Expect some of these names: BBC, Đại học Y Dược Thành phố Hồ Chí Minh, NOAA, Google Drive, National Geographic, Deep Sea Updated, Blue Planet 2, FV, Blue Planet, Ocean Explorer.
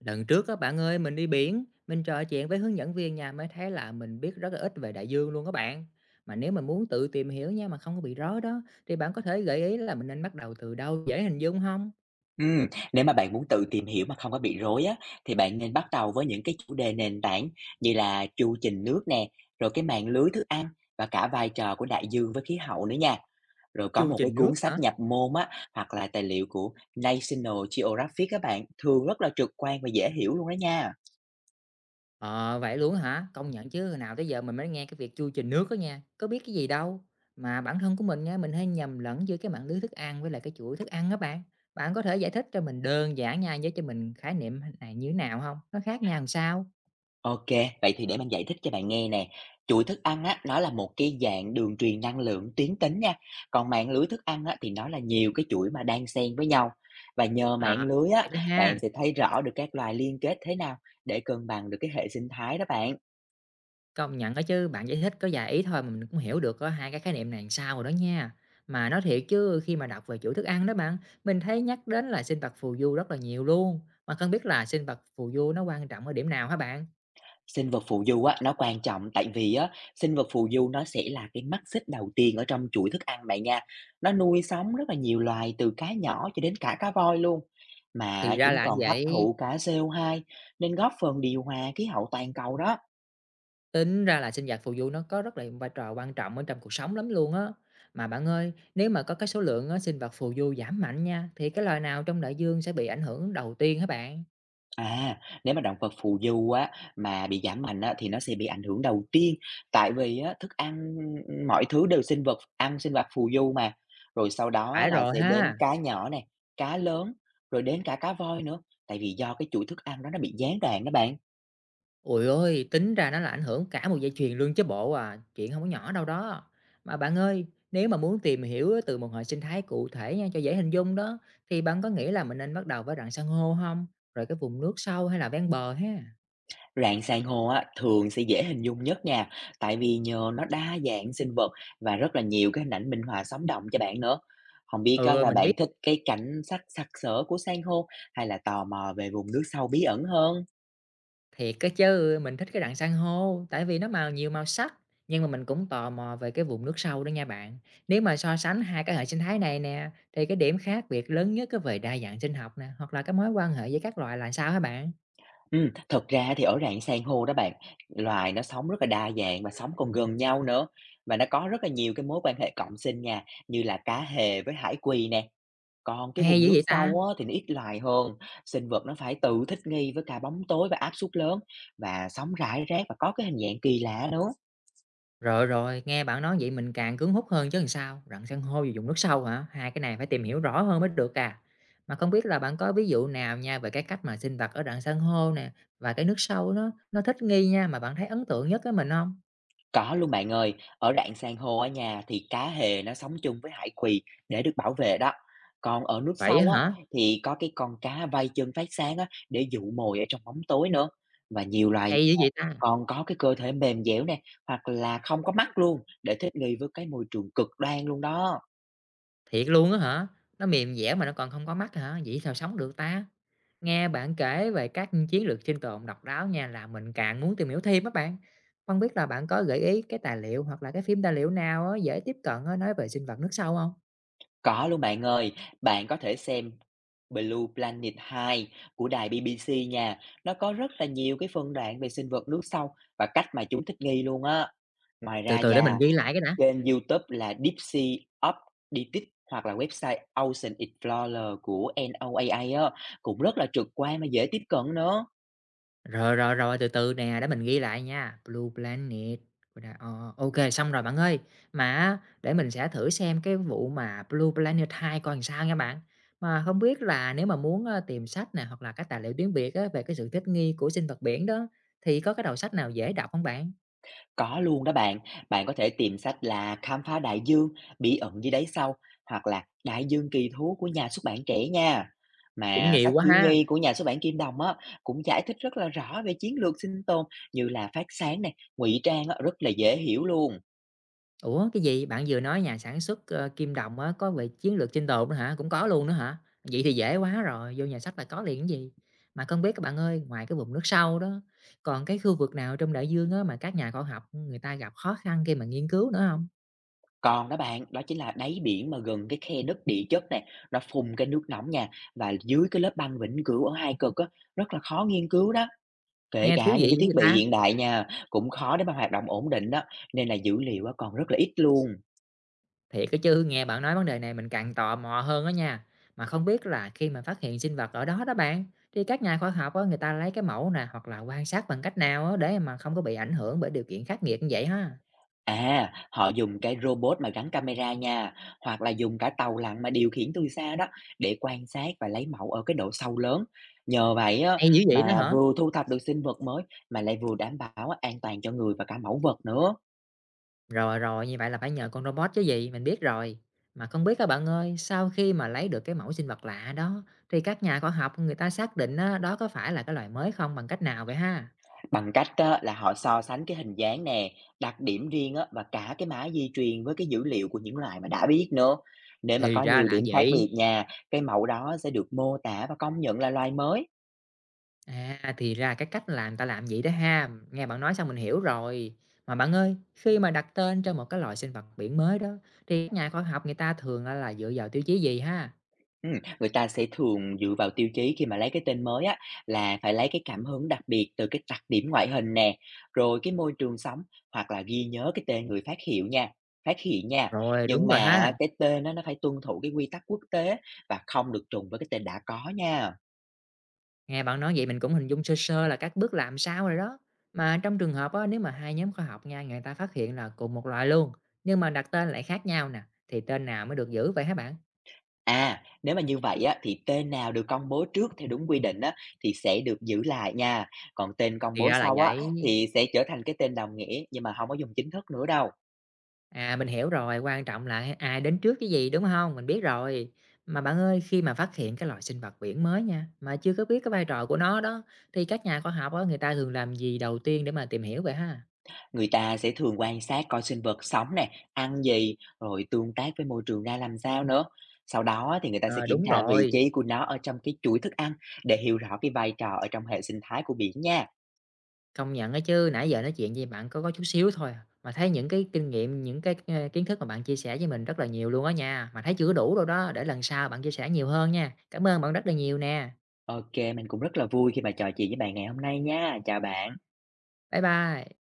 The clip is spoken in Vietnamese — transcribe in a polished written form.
Lần trước các bạn ơi, mình đi biển, mình trò chuyện với hướng dẫn viên nha, mới thấy là mình biết rất là ít về đại dương luôn các bạn. Mà nếu mà muốn tự tìm hiểu nha mà không có bị rối đó, thì bạn có thể gợi ý là mình nên bắt đầu từ đâu dễ hình dung không? Ừm, nếu mà bạn muốn tự tìm hiểu mà không có bị rối á, thì bạn nên bắt đầu với những cái chủ đề nền tảng như là chu trình nước nè, rồi cái mạng lưới thức ăn và cả vai trò của đại dương với khí hậu nữa nha. Rồi có Chu một cái trình nước cuốn hả? sách nhập môn á, hoặc là tài liệu của National Geographic các bạn, thường rất là trực quan và dễ hiểu luôn đó nha. Ờ vậy luôn hả? Công nhận chứ hồi nào tới giờ mình mới nghe cái việc chu trình nước đó nha, có biết cái gì đâu. Mà bản thân của mình nha, mình hay nhầm lẫn giữa cái mạng lưới thức ăn với lại cái chuỗi thức ăn đó bạn. Bạn có thể giải thích cho mình đơn giản nha, với cho mình khái niệm này như thế nào không? Nó khác nhau làm sao? OK, vậy thì để mình giải thích cho bạn nghe nè. Chuỗi thức ăn á, nó là một cái dạng đường truyền năng lượng tuyến tính nha. Còn mạng lưới thức ăn á, thì nó là nhiều cái chuỗi mà đan xen với nhau. Và nhờ mạng À, lưới á, vậy đó bạn ha. sẽ thấy rõ được các loài liên kết thế nào để cân bằng được cái hệ sinh thái đó bạn. Công nhận đó chứ, bạn giải thích có vài ý thôi mà mình cũng hiểu được có hai cái khái niệm này làm sao rồi đó nha. Mà nói thiệt chứ khi mà đọc về chuỗi thức ăn đó bạn, mình thấy nhắc đến là sinh vật phù du rất là nhiều luôn. Mà không biết là sinh vật phù du nó quan trọng ở điểm nào hả bạn? Sinh vật phù du á, nó quan trọng tại vì á, sinh vật phù du nó sẽ là cái mắt xích đầu tiên ở trong chuỗi thức ăn bạn nha. Nó nuôi sống rất là nhiều loài từ cá nhỏ cho đến cả cá voi luôn. Thì Mà ra chúng là như còn hấp vậy, thụ cả co hai nên góp phần điều hòa khí hậu toàn cầu đó. tính ra là sinh vật phù du nó có rất là vai trò quan trọng ở trong cuộc sống lắm luôn á. Mà bạn ơi, nếu mà có cái số lượng á, sinh vật phù du giảm mạnh nha, thì cái loài nào trong đại dương sẽ bị ảnh hưởng đầu tiên hả bạn? À, nếu mà động vật phù du á, mà bị giảm mạnh á, thì nó sẽ bị ảnh hưởng đầu tiên. Tại vì á, thức ăn, mọi thứ đều sinh vật ăn sinh vật phù du mà. Rồi sau đó á, Phải là rồi sẽ đến ha. cá nhỏ này, cá lớn, rồi đến cả cá voi nữa. Tại vì do cái chuỗi thức ăn đó nó bị gián đoạn đó bạn. Ôi ơi tính ra nó là ảnh hưởng cả một dây chuyền luôn chứ bộ à, chuyện không có nhỏ đâu đó. Mà bạn ơi, nếu mà muốn tìm hiểu từ một hệ sinh thái cụ thể nha, cho dễ hình dung đó, thì bạn có nghĩ là mình nên bắt đầu với rạn san hô không? Rồi cái vùng nước sâu hay là ven bờ ha? Rạn san hô á, thường sẽ dễ hình dung nhất nha, tại vì nhờ nó đa dạng sinh vật và rất là nhiều cái hình ảnh minh họa sống động cho bạn nữa. Không biết á Ừ, là mình bạn biết thích cái cảnh sắc sặc sỡ của san hô hay là tò mò về vùng nước sâu bí ẩn hơn? thiệt cái chứ, mình thích cái rạn san hô, tại vì nó màu nhiều màu sắc, nhưng mà mình cũng tò mò về cái vùng nước sâu đó nha bạn. Nếu mà so sánh hai cái hệ sinh thái này nè, thì cái điểm khác biệt lớn nhất cái về đa dạng sinh học nè, hoặc là cái mối quan hệ với các loài là sao hả bạn? Thật ra thì ở rạn san hô đó bạn, loài nó sống rất là đa dạng và sống còn gần nhau nữa, và nó có rất là nhiều cái mối quan hệ cộng sinh nha, như là cá hề với hải quỳ nè. Còn cái Hay vùng dữ nước vậy ta? sâu á, thì nó ít loài hơn, sinh vật nó phải tự thích nghi với cả bóng tối và áp suất lớn và sóng rải rác và có cái hình dạng kỳ lạ nữa. Rồi, rồi, nghe bạn nói vậy mình càng cuốn hút hơn chứ làm sao, rặng san hô và vùng nước sâu hả? Hai cái này phải tìm hiểu rõ hơn mới được à. Mà không biết là bạn có ví dụ nào nha về cái cách mà sinh vật ở rặng san hô nè và cái nước sâu nó thích nghi nha mà bạn thấy ấn tượng nhất với mình không? Có luôn bạn ơi, ở rạn san hô ở nhà thì cá hề nó sống chung với hải quỳ để được bảo vệ đó. Còn ở nước Vậy á sâu á, hả? thì có cái con cá vây chân phát sáng á, để dụ mồi ở trong bóng tối nữa. Và nhiều loài Hay dữ vậy ta? còn có cái cơ thể mềm dẻo nè, hoặc là không có mắt luôn để thích nghi với cái môi trường cực đoan luôn đó. Thiệt luôn á hả? Nó mềm dẻo mà nó còn không có mắt hả? Vậy sao sống được ta? Nghe bạn kể về các chiến lược sinh tồn độc đáo nha là mình càng muốn tìm hiểu thêm các bạn. Không biết là bạn có gợi ý cái tài liệu hoặc là cái phim tài liệu nào á, dễ tiếp cận á, nói về sinh vật nước sâu không? Có luôn bạn ơi, bạn có thể xem Blue Planet 2 của đài BBC nha. Nó có rất là nhiều cái phân đoạn về sinh vật nước sâu và cách mà chúng thích nghi luôn á. Ngoài Từ ra từ để mình nha, ghi lại cái đã. trên YouTube là Deep Sea Updated hoặc là website Ocean Explorer của NOAA á, cũng rất là trực quan và dễ tiếp cận nữa. Rồi rồi rồi, từ từ nè để mình ghi lại nha. Blue Planet. Rồi nè. Ờ, ok, xong rồi bạn ơi. Mà để mình sẽ thử xem cái vụ mà Blue Planet 2 coi làm sao nha bạn. Mà không biết là nếu mà muốn tìm sách nè hoặc là các tài liệu tiếng Việt á, về cái sự thích nghi của sinh vật biển đó thì có cái đầu sách nào dễ đọc không bạn? Có luôn đó bạn, bạn có thể tìm sách là Khám phá đại dương, Bí ẩn dưới đáy sâu hoặc là Đại dương kỳ thú của nhà xuất bản Trẻ nha. Cũng Mà nhiều sách quá thiếu ha. nhi của nhà xuất bản Kim Đồng á cũng giải thích rất là rõ về chiến lược sinh tồn như là phát sáng này, ngụy trang á, rất là dễ hiểu luôn. Ủa, cái gì? Bạn vừa nói nhà sản xuất, Kim Đồng á, có về chiến lược sinh tồn nữa hả? Cũng có luôn nữa hả? Vậy thì dễ quá rồi, vô nhà sách là có liền chứ gì. Mà không biết các bạn ơi, ngoài cái vùng nước sâu đó, còn cái khu vực nào trong đại dương á mà các nhà khoa học người ta gặp khó khăn khi mà nghiên cứu nữa không? Còn đó bạn, đó chính là đáy biển mà gần cái khe nứt địa chất này, nó phun cái nước nóng nha và dưới cái lớp băng vĩnh cửu ở hai cực á rất là khó nghiên cứu đó. Kể Nghe thú cả những vị cái dữ vậy thiết bị ta! hiện đại nha, cũng khó để mà hoạt động ổn định đó, nên là dữ liệu á còn rất là ít luôn. Thiệt cái chứ, nghe bạn nói vấn đề này mình càng tò mò hơn đó nha. Mà không biết là khi mà phát hiện sinh vật ở đó đó bạn, thì các nhà khoa học á, người ta lấy cái mẫu nè, hoặc là quan sát bằng cách nào á để mà không có bị ảnh hưởng bởi điều kiện khắc nghiệt như vậy ha? À, họ dùng cái robot mà gắn camera nha, hoặc là dùng cả tàu lặn mà điều khiển từ xa đó để quan sát và lấy mẫu ở cái độ sâu lớn. Nhờ vậy á Hay dữ vậy đó mà hả? vừa thu thập được sinh vật mới mà lại vừa đảm bảo an toàn cho người và cả mẫu vật nữa. Rồi, rồi, như vậy là phải nhờ con robot chứ gì, mình biết rồi. Mà không biết các bạn ơi, sau khi mà lấy được cái mẫu sinh vật lạ đó, thì các nhà khoa học người ta xác định á, đó có phải là cái loài mới không bằng cách nào vậy ha? Bằng cách á, là họ so sánh cái hình dáng nè, đặc điểm riêng á, và cả cái mã di truyền với cái dữ liệu của những loài mà đã biết nữa. Nếu mà Thì có ra nhiều là điểm khác vậy. biệt nha, cái mẫu đó sẽ được mô tả và công nhận là loài mới. À, thì ra cái cách làm ta làm vậy đó ha. Nghe bạn nói xong mình hiểu rồi. Mà bạn ơi, khi mà đặt tên cho một cái loài sinh vật biển mới đó, thì các nhà khoa học người ta thường á là dựa vào tiêu chí gì ha? Ừ, người ta sẽ thường dựa vào tiêu chí khi mà lấy cái tên mới á, là phải lấy cái cảm hứng đặc biệt từ cái đặc điểm ngoại hình nè, rồi cái môi trường sống hoặc là ghi nhớ cái tên người phát hiện nha. Rồi, Nhưng đúng rồi mà ha. cái tên đó, nó phải tuân thủ cái quy tắc quốc tế và không được trùng với cái tên đã có nha. Nghe bạn nói vậy mình cũng hình dung sơ sơ là các bước làm sao rồi đó. Mà trong trường hợp á, nếu mà hai nhóm khoa học nha, người ta phát hiện là cùng một loại luôn, nhưng mà đặt tên lại khác nhau nè, thì tên nào mới được giữ vậy hả bạn? À, nếu mà như vậy á, thì tên nào được công bố trước theo đúng quy định á, thì sẽ được giữ lại nha. Còn tên công Thì bố ra là sau á, vậy. thì sẽ trở thành cái tên đồng nghĩa nhưng mà không có dùng chính thức nữa đâu. À mình hiểu rồi, quan trọng là ai đến trước cái gì đúng không? Mình biết rồi. Mà bạn ơi, khi mà phát hiện cái loài sinh vật biển mới nha, mà chưa có biết cái vai trò của nó đó, thì các nhà khoa học á, người ta thường làm gì đầu tiên để mà tìm hiểu vậy ha? Người ta sẽ thường quan sát coi sinh vật sống nè, ăn gì, rồi tương tác với môi trường ra làm sao nữa. Sau đó á, thì người ta sẽ Ờ kiểm đúng tra vị rồi. trí của nó ở trong cái chuỗi thức ăn để hiểu rõ cái vai trò ở trong hệ sinh thái của biển nha. Công nhận ấy chứ, nãy giờ nói chuyện với bạn có chút xíu thôi à, mà thấy những cái kinh nghiệm, những cái, kiến thức mà bạn chia sẻ với mình rất là nhiều luôn á nha, mà thấy chưa đủ đâu đó, để lần sau bạn chia sẻ nhiều hơn nha. Cảm ơn bạn rất là nhiều nè. OK, mình cũng rất là vui khi mà trò chuyện với bạn ngày hôm nay nha. Chào bạn. Bye bye.